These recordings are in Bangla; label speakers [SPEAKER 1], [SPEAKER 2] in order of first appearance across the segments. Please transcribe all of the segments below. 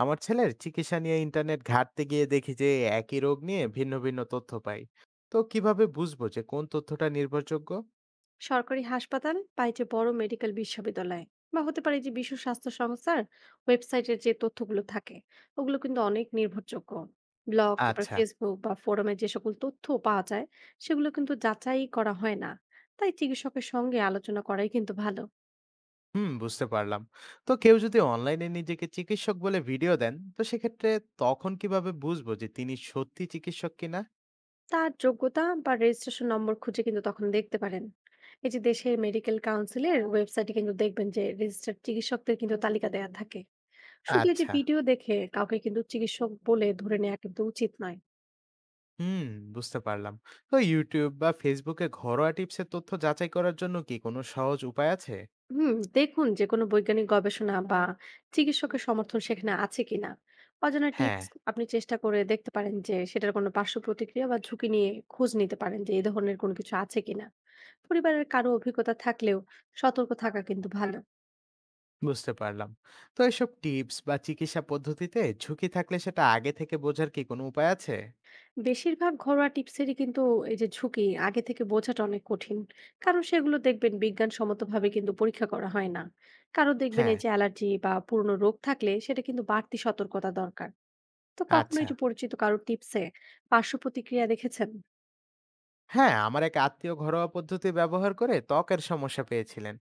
[SPEAKER 1] আমার ছেলের চিকিৎসা নিয়ে ইন্টারনেট ঘাঁটতে গিয়ে দেখি যে একই রোগ নিয়ে ভিন্ন ভিন্ন তথ্য পাই। তো কিভাবে বুঝবো যে কোন তথ্যটা নির্ভরযোগ্য?
[SPEAKER 2] সরকারি হাসপাতাল বা এই যে বড় মেডিকেল বিশ্ববিদ্যালয় বা হতে পারে যে বিশ্ব স্বাস্থ্য সংস্থার ওয়েবসাইটের যে তথ্যগুলো থাকে, ওগুলো কিন্তু অনেক নির্ভরযোগ্য। ব্লগ, তারপর
[SPEAKER 1] আচ্ছা।
[SPEAKER 2] ফেসবুক বা ফোরামে যে সকল তথ্য পাওয়া যায়, সেগুলো কিন্তু যাচাই করা হয় না। তাই চিকিৎসকের সঙ্গে আলোচনা করাই কিন্তু ভালো।
[SPEAKER 1] হুম, বুঝতে পারলাম। তো কেউ যদি অনলাইনে নিজেকে চিকিৎসক বলে ভিডিও দেন তো সেক্ষেত্রে তখন কিভাবে বুঝবো যে তিনি সত্যি চিকিৎসক কিনা?
[SPEAKER 2] তার যোগ্যতা বা রেজিস্ট্রেশন নম্বর খুঁজে কিন্তু তখন দেখতে পারেন। এই যে দেশের মেডিকেল কাউন্সিলের ওয়েবসাইটে কিন্তু দেখবেন যে রেজিস্টার্ড চিকিৎসকদের কিন্তু তালিকা দেওয়া থাকে। শুধু এই যে
[SPEAKER 1] আচ্ছা।
[SPEAKER 2] ভিডিও দেখে কাউকে কিন্তু চিকিৎসক বলে ধরে নেওয়া কিন্তু উচিত নয়।
[SPEAKER 1] হুম, বুঝতে পারলাম। তো ইউটিউব বা ফেসবুকে ঘরোয়া টিপসের তথ্য যাচাই করার জন্য কি কোনো সহজ উপায় আছে?
[SPEAKER 2] হুম, দেখুন যে কোনো বৈজ্ঞানিক গবেষণা বা চিকিৎসকের সমর্থন সেখানে আছে কিনা। অজানা
[SPEAKER 1] হ্যাঁ,
[SPEAKER 2] টিপস আপনি চেষ্টা করে দেখতে পারেন যে সেটার কোনো পার্শ্ব প্রতিক্রিয়া বা ঝুঁকি নিয়ে খোঁজ নিতে পারেন যে এই ধরনের কোনো কিছু আছে কিনা। পরিবারের কারো অভিজ্ঞতা থাকলেও সতর্ক থাকা কিন্তু ভালো।
[SPEAKER 1] বুঝতে পারলাম। তো এসব টিপস বা চিকিৎসা পদ্ধতিতে ঝুঁকি থাকলে সেটা আগে থেকে বোঝার কি কোনো উপায় আছে?
[SPEAKER 2] বেশিরভাগ ঘরোয়া টিপসেরই কিন্তু এই যে ঝুঁকি আগে থেকে বোঝাটা অনেক কঠিন, কারণ সেগুলো দেখবেন বিজ্ঞানসম্মতভাবে কিন্তু পরীক্ষা করা হয় না। কারো দেখবেন
[SPEAKER 1] হ্যাঁ,
[SPEAKER 2] এই যে অ্যালার্জি বা পুরনো রোগ থাকলে সেটা কিন্তু বাড়তি সতর্কতা দরকার। তো কখনো
[SPEAKER 1] আচ্ছা।
[SPEAKER 2] এই যে পরিচিত কারো টিপসে পার্শ্ব প্রতিক্রিয়া দেখেছেন?
[SPEAKER 1] হ্যাঁ, আমার এক আত্মীয় ঘরোয়া পদ্ধতি ব্যবহার করে ত্বকের সমস্যা পেয়েছিলেন।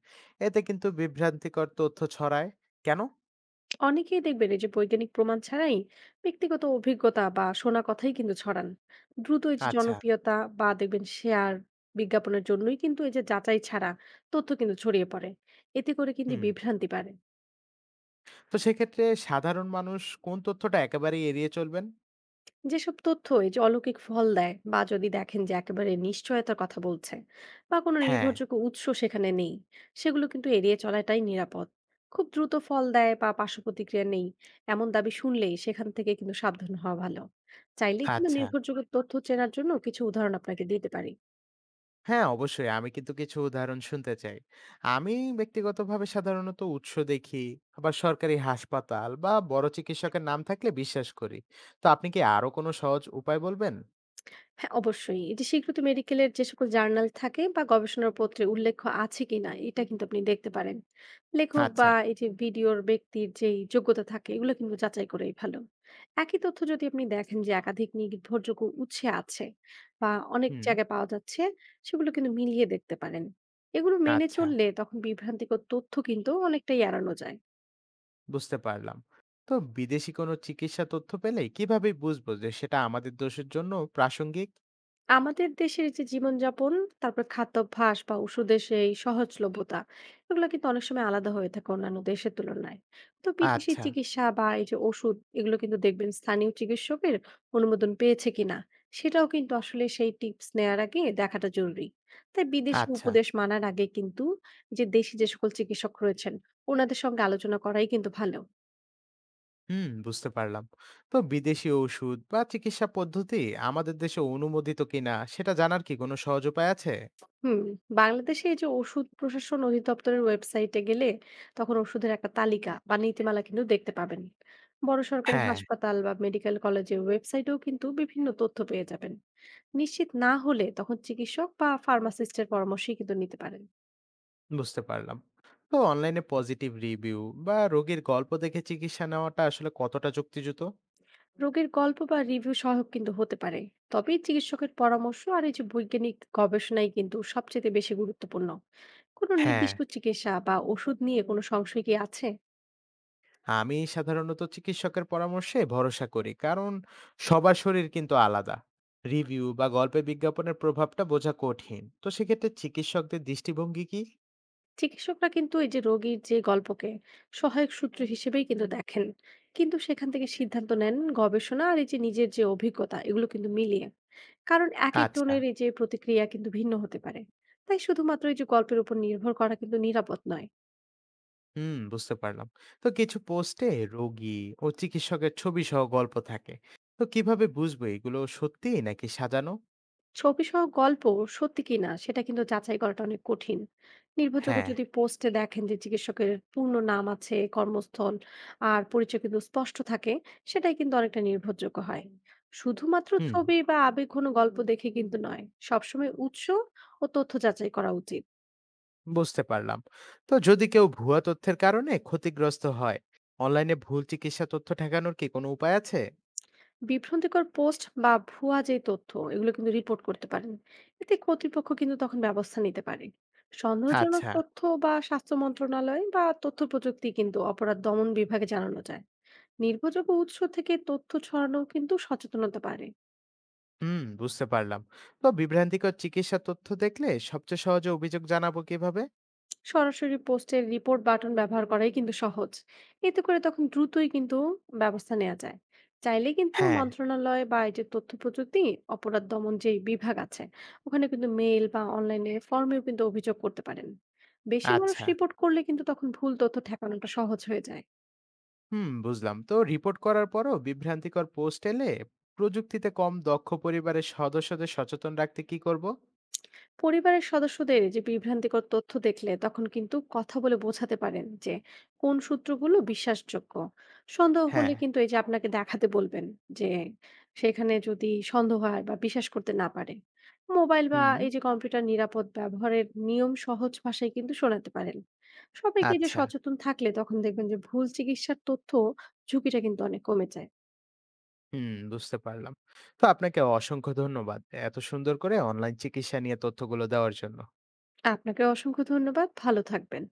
[SPEAKER 1] এতে কিন্তু বিভ্রান্তিকর তথ্য ছড়ায়। কেন?
[SPEAKER 2] অনেকেই দেখবেন এই যে বৈজ্ঞানিক প্রমাণ ছাড়াই ব্যক্তিগত অভিজ্ঞতা বা শোনা কথাই কিন্তু ছড়ান। দ্রুত এই যে
[SPEAKER 1] আচ্ছা,
[SPEAKER 2] জনপ্রিয়তা বা দেখবেন শেয়ার, বিজ্ঞাপনের জন্যই কিন্তু এই যে যাচাই ছাড়া তথ্য কিন্তু ছড়িয়ে পড়ে। এতে করে কিন্তু
[SPEAKER 1] হুম।
[SPEAKER 2] বিভ্রান্তি বাড়ে।
[SPEAKER 1] তো সেক্ষেত্রে সাধারণ মানুষ কোন তথ্যটা একেবারেই এড়িয়ে চলবেন?
[SPEAKER 2] যেসব তথ্য এই যে অলৌকিক ফল দেয় বা যদি দেখেন যে একেবারে নিশ্চয়তার কথা বলছে, বা কোনো
[SPEAKER 1] হ্যাঁ,
[SPEAKER 2] নির্ভরযোগ্য উৎস সেখানে নেই, সেগুলো কিন্তু এড়িয়ে চলাটাই নিরাপদ। খুব দ্রুত ফল দেয় বা পার্শ্ব প্রতিক্রিয়া নেই এমন দাবি শুনলেই সেখান থেকে কিন্তু সাবধান হওয়া ভালো। চাইলে কিন্তু
[SPEAKER 1] আচ্ছা।
[SPEAKER 2] নির্ভরযোগ্য তথ্য চেনার জন্য কিছু উদাহরণ আপনাকে দিতে পারি।
[SPEAKER 1] হ্যাঁ, অবশ্যই। আমি কিন্তু কিছু উদাহরণ শুনতে চাই। আমি ব্যক্তিগতভাবে সাধারণত উৎস দেখি, আবার সরকারি হাসপাতাল বা বড় চিকিৎসকের নাম থাকলে বিশ্বাস করি। তো আপনি কি আরো কোনো সহজ উপায় বলবেন?
[SPEAKER 2] হ্যাঁ, অবশ্যই। এই যে স্বীকৃত মেডিকেলের যে সকল জার্নাল থাকে বা গবেষণার পত্রে উল্লেখ আছে কিনা এটা কিন্তু আপনি দেখতে পারেন। লেখক
[SPEAKER 1] আচ্ছা,
[SPEAKER 2] বা এই যে ভিডিওর ব্যক্তির যেই যোগ্যতা থাকে এগুলো কিন্তু যাচাই করাই ভালো। একই তথ্য যদি আপনি দেখেন যে একাধিক নির্ভরযোগ্য উৎসে আছে বা অনেক
[SPEAKER 1] হুম,
[SPEAKER 2] জায়গায় পাওয়া যাচ্ছে, সেগুলো কিন্তু মিলিয়ে দেখতে পারেন। এগুলো মেনে
[SPEAKER 1] আচ্ছা,
[SPEAKER 2] চললে তখন বিভ্রান্তিকর তথ্য কিন্তু অনেকটাই এড়ানো যায়।
[SPEAKER 1] বুঝতে পারলাম। তো বিদেশি কোনো চিকিৎসা তথ্য পেলে কিভাবে বুঝবো যে সেটা আমাদের দেশের জন্য প্রাসঙ্গিক?
[SPEAKER 2] আমাদের দেশের যে জীবনযাপন, তারপর খাদ্যাভ্যাস বা ওষুধের সেই সহজলভ্যতা, এগুলো কিন্তু অনেক সময় আলাদা হয়ে থাকে অন্যান্য দেশের তুলনায়। তো বিদেশি
[SPEAKER 1] আচ্ছা,
[SPEAKER 2] চিকিৎসা বা এই যে ওষুধ, এগুলো কিন্তু দেখবেন স্থানীয় চিকিৎসকের অনুমোদন পেয়েছে কিনা, সেটাও কিন্তু আসলে সেই টিপস নেয়ার আগে দেখাটা জরুরি। তাই বিদেশি
[SPEAKER 1] আচ্ছা,
[SPEAKER 2] উপদেশ মানার আগে কিন্তু যে দেশি যে সকল চিকিৎসক রয়েছেন, ওনাদের সঙ্গে আলোচনা করাই কিন্তু ভালো।
[SPEAKER 1] হুম, বুঝতে পারলাম। তো বিদেশি ঔষুধ বা চিকিৎসা পদ্ধতি আমাদের দেশে অনুমোদিত কিনা সেটা জানার কি কোনো সহজ উপায় আছে?
[SPEAKER 2] হুম, বাংলাদেশে এই যে ওষুধ প্রশাসন অধিদপ্তরের ওয়েবসাইটে গেলে তখন ওষুধের একটা তালিকা বা নীতিমালা কিন্তু দেখতে পাবেন। বড় সরকারি
[SPEAKER 1] হ্যাঁ,
[SPEAKER 2] হাসপাতাল বা মেডিকেল কলেজের ওয়েবসাইটেও কিন্তু বিভিন্ন তথ্য পেয়ে যাবেন। নিশ্চিত না হলে তখন চিকিৎসক বা ফার্মাসিস্টের পরামর্শই কিন্তু নিতে পারেন।
[SPEAKER 1] বুঝতে পারলাম। তো অনলাইনে পজিটিভ রিভিউ বা রোগীর গল্প দেখে চিকিৎসা নেওয়াটা আসলে কতটা যুক্তিযুত?
[SPEAKER 2] রোগের গল্প বা রিভিউ সহায়ক কিন্তু হতে পারে, তবে চিকিৎসকের পরামর্শ আর এই যে বৈজ্ঞানিক গবেষণাই কিন্তু সবচেয়ে বেশি গুরুত্বপূর্ণ। কোনো
[SPEAKER 1] হ্যাঁ,
[SPEAKER 2] নির্দিষ্ট চিকিৎসা বা ওষুধ নিয়ে কোনো সংশয় কি আছে?
[SPEAKER 1] আমি সাধারণত চিকিৎসকের পরামর্শে ভরসা করি। কারণ সবার শরীর কিন্তু আলাদা। রিভিউ বা গল্পে বিজ্ঞাপনের প্রভাবটা বোঝা কঠিন। তো সেক্ষেত্রে চিকিৎসকদের দৃষ্টিভঙ্গি কি?
[SPEAKER 2] চিকিৎসকরা কিন্তু এই যে রোগীর যে গল্পকে সহায়ক সূত্র হিসেবেই কিন্তু দেখেন, কিন্তু সেখান থেকে সিদ্ধান্ত নেন গবেষণা আর এই যে নিজের যে অভিজ্ঞতা এগুলো কিন্তু মিলিয়ে। কারণ এক
[SPEAKER 1] আচ্ছা,
[SPEAKER 2] একজনের এই যে প্রতিক্রিয়া কিন্তু ভিন্ন হতে পারে। তাই শুধুমাত্র এই যে গল্পের উপর নির্ভর করা কিন্তু নিরাপদ নয়।
[SPEAKER 1] হুম, বুঝতে পারলাম। তো কিছু পোস্টে রোগী ও চিকিৎসকের ছবিসহ গল্প থাকে। তো কিভাবে বুঝবো এগুলো সত্যি নাকি সাজানো?
[SPEAKER 2] ছবিসহ গল্প সত্যি কিনা সেটা কিন্তু যাচাই করাটা অনেক কঠিন। নির্ভরযোগ্য
[SPEAKER 1] হ্যাঁ,
[SPEAKER 2] যদি পোস্টে দেখেন যে চিকিৎসকের পূর্ণ নাম আছে, কর্মস্থল আর পরিচয় কিন্তু স্পষ্ট থাকে, সেটাই কিন্তু অনেকটা নির্ভরযোগ্য হয়। শুধুমাত্র
[SPEAKER 1] হুম।
[SPEAKER 2] ছবি বা আবেগ কোনো গল্প দেখে কিন্তু নয়, সবসময় উৎস ও তথ্য যাচাই করা উচিত।
[SPEAKER 1] বুঝতে পারলাম। তো যদি কেউ ভুয়া তথ্যের কারণে ক্ষতিগ্রস্ত হয় অনলাইনে ভুল চিকিৎসা তথ্য ঠেকানোর কি কোনো উপায় আছে?
[SPEAKER 2] বিভ্রান্তিকর পোস্ট বা ভুয়া যে তথ্য এগুলো কিন্তু রিপোর্ট করতে পারেন। এতে কর্তৃপক্ষ কিন্তু তখন ব্যবস্থা নিতে পারে। সন্দেহজনক
[SPEAKER 1] আচ্ছা।
[SPEAKER 2] তথ্য বা স্বাস্থ্য মন্ত্রণালয় বা তথ্য প্রযুক্তি কিন্তু অপরাধ দমন বিভাগে জানানো যায়। নির্ভরযোগ্য উৎস থেকে তথ্য ছড়ানো কিন্তু সচেতনতা পারে।
[SPEAKER 1] হুম, বুঝতে পারলাম। তো বিভ্রান্তিকর চিকিৎসা তথ্য দেখলে সবচেয়ে সহজে অভিযোগ জানাবো কিভাবে?
[SPEAKER 2] সরাসরি পোস্টে রিপোর্ট বাটন ব্যবহার করাই কিন্তু সহজ। এতে করে তখন দ্রুতই কিন্তু ব্যবস্থা নেওয়া যায়। চাইলে কিন্তু
[SPEAKER 1] হ্যাঁ।
[SPEAKER 2] মন্ত্রণালয় বা এই যে তথ্য প্রযুক্তি অপরাধ দমন যে বিভাগ আছে ওখানে কিন্তু মেইল বা অনলাইনে ফর্মেও কিন্তু অভিযোগ করতে পারেন। বেশি মানুষ
[SPEAKER 1] আচ্ছা।
[SPEAKER 2] রিপোর্ট করলে কিন্তু তখন ভুল তথ্য ঠেকানোটা সহজ হয়ে যায়।
[SPEAKER 1] হুম, বুঝলাম। তো রিপোর্ট করার পরও বিভ্রান্তিকর পোস্ট এলে প্রযুক্তিতে কম দক্ষ পরিবারের সদস্যদের সচেতন রাখতে কি করব?
[SPEAKER 2] পরিবারের সদস্যদের এই যে বিভ্রান্তিকর তথ্য দেখলে তখন কিন্তু কথা বলে বোঝাতে পারেন যে কোন সূত্রগুলো বিশ্বাসযোগ্য। সন্দেহ হলে
[SPEAKER 1] হ্যাঁ।
[SPEAKER 2] কিন্তু এই যে আপনাকে দেখাতে বলবেন যে সেখানে যদি সন্দেহ হয় বা বিশ্বাস করতে না পারে। মোবাইল বা
[SPEAKER 1] হুম।
[SPEAKER 2] এই যে কম্পিউটার নিরাপদ ব্যবহারের নিয়ম সহজ ভাষায় কিন্তু শোনাতে পারেন। সবাইকে এই যে
[SPEAKER 1] আচ্ছা।
[SPEAKER 2] সচেতন থাকলে তখন দেখবেন যে ভুল চিকিৎসার তথ্য ঝুঁকিটা কিন্তু অনেক কমে যায়।
[SPEAKER 1] হুম, বুঝতে পারলাম। তো আপনাকে অসংখ্য ধন্যবাদ। এত সুন্দর করে অনলাইন চিকিৎসা নিয়ে তথ্যগুলো দেওয়ার জন্য।
[SPEAKER 2] আপনাকে অসংখ্য ধন্যবাদ, ভালো থাকবেন।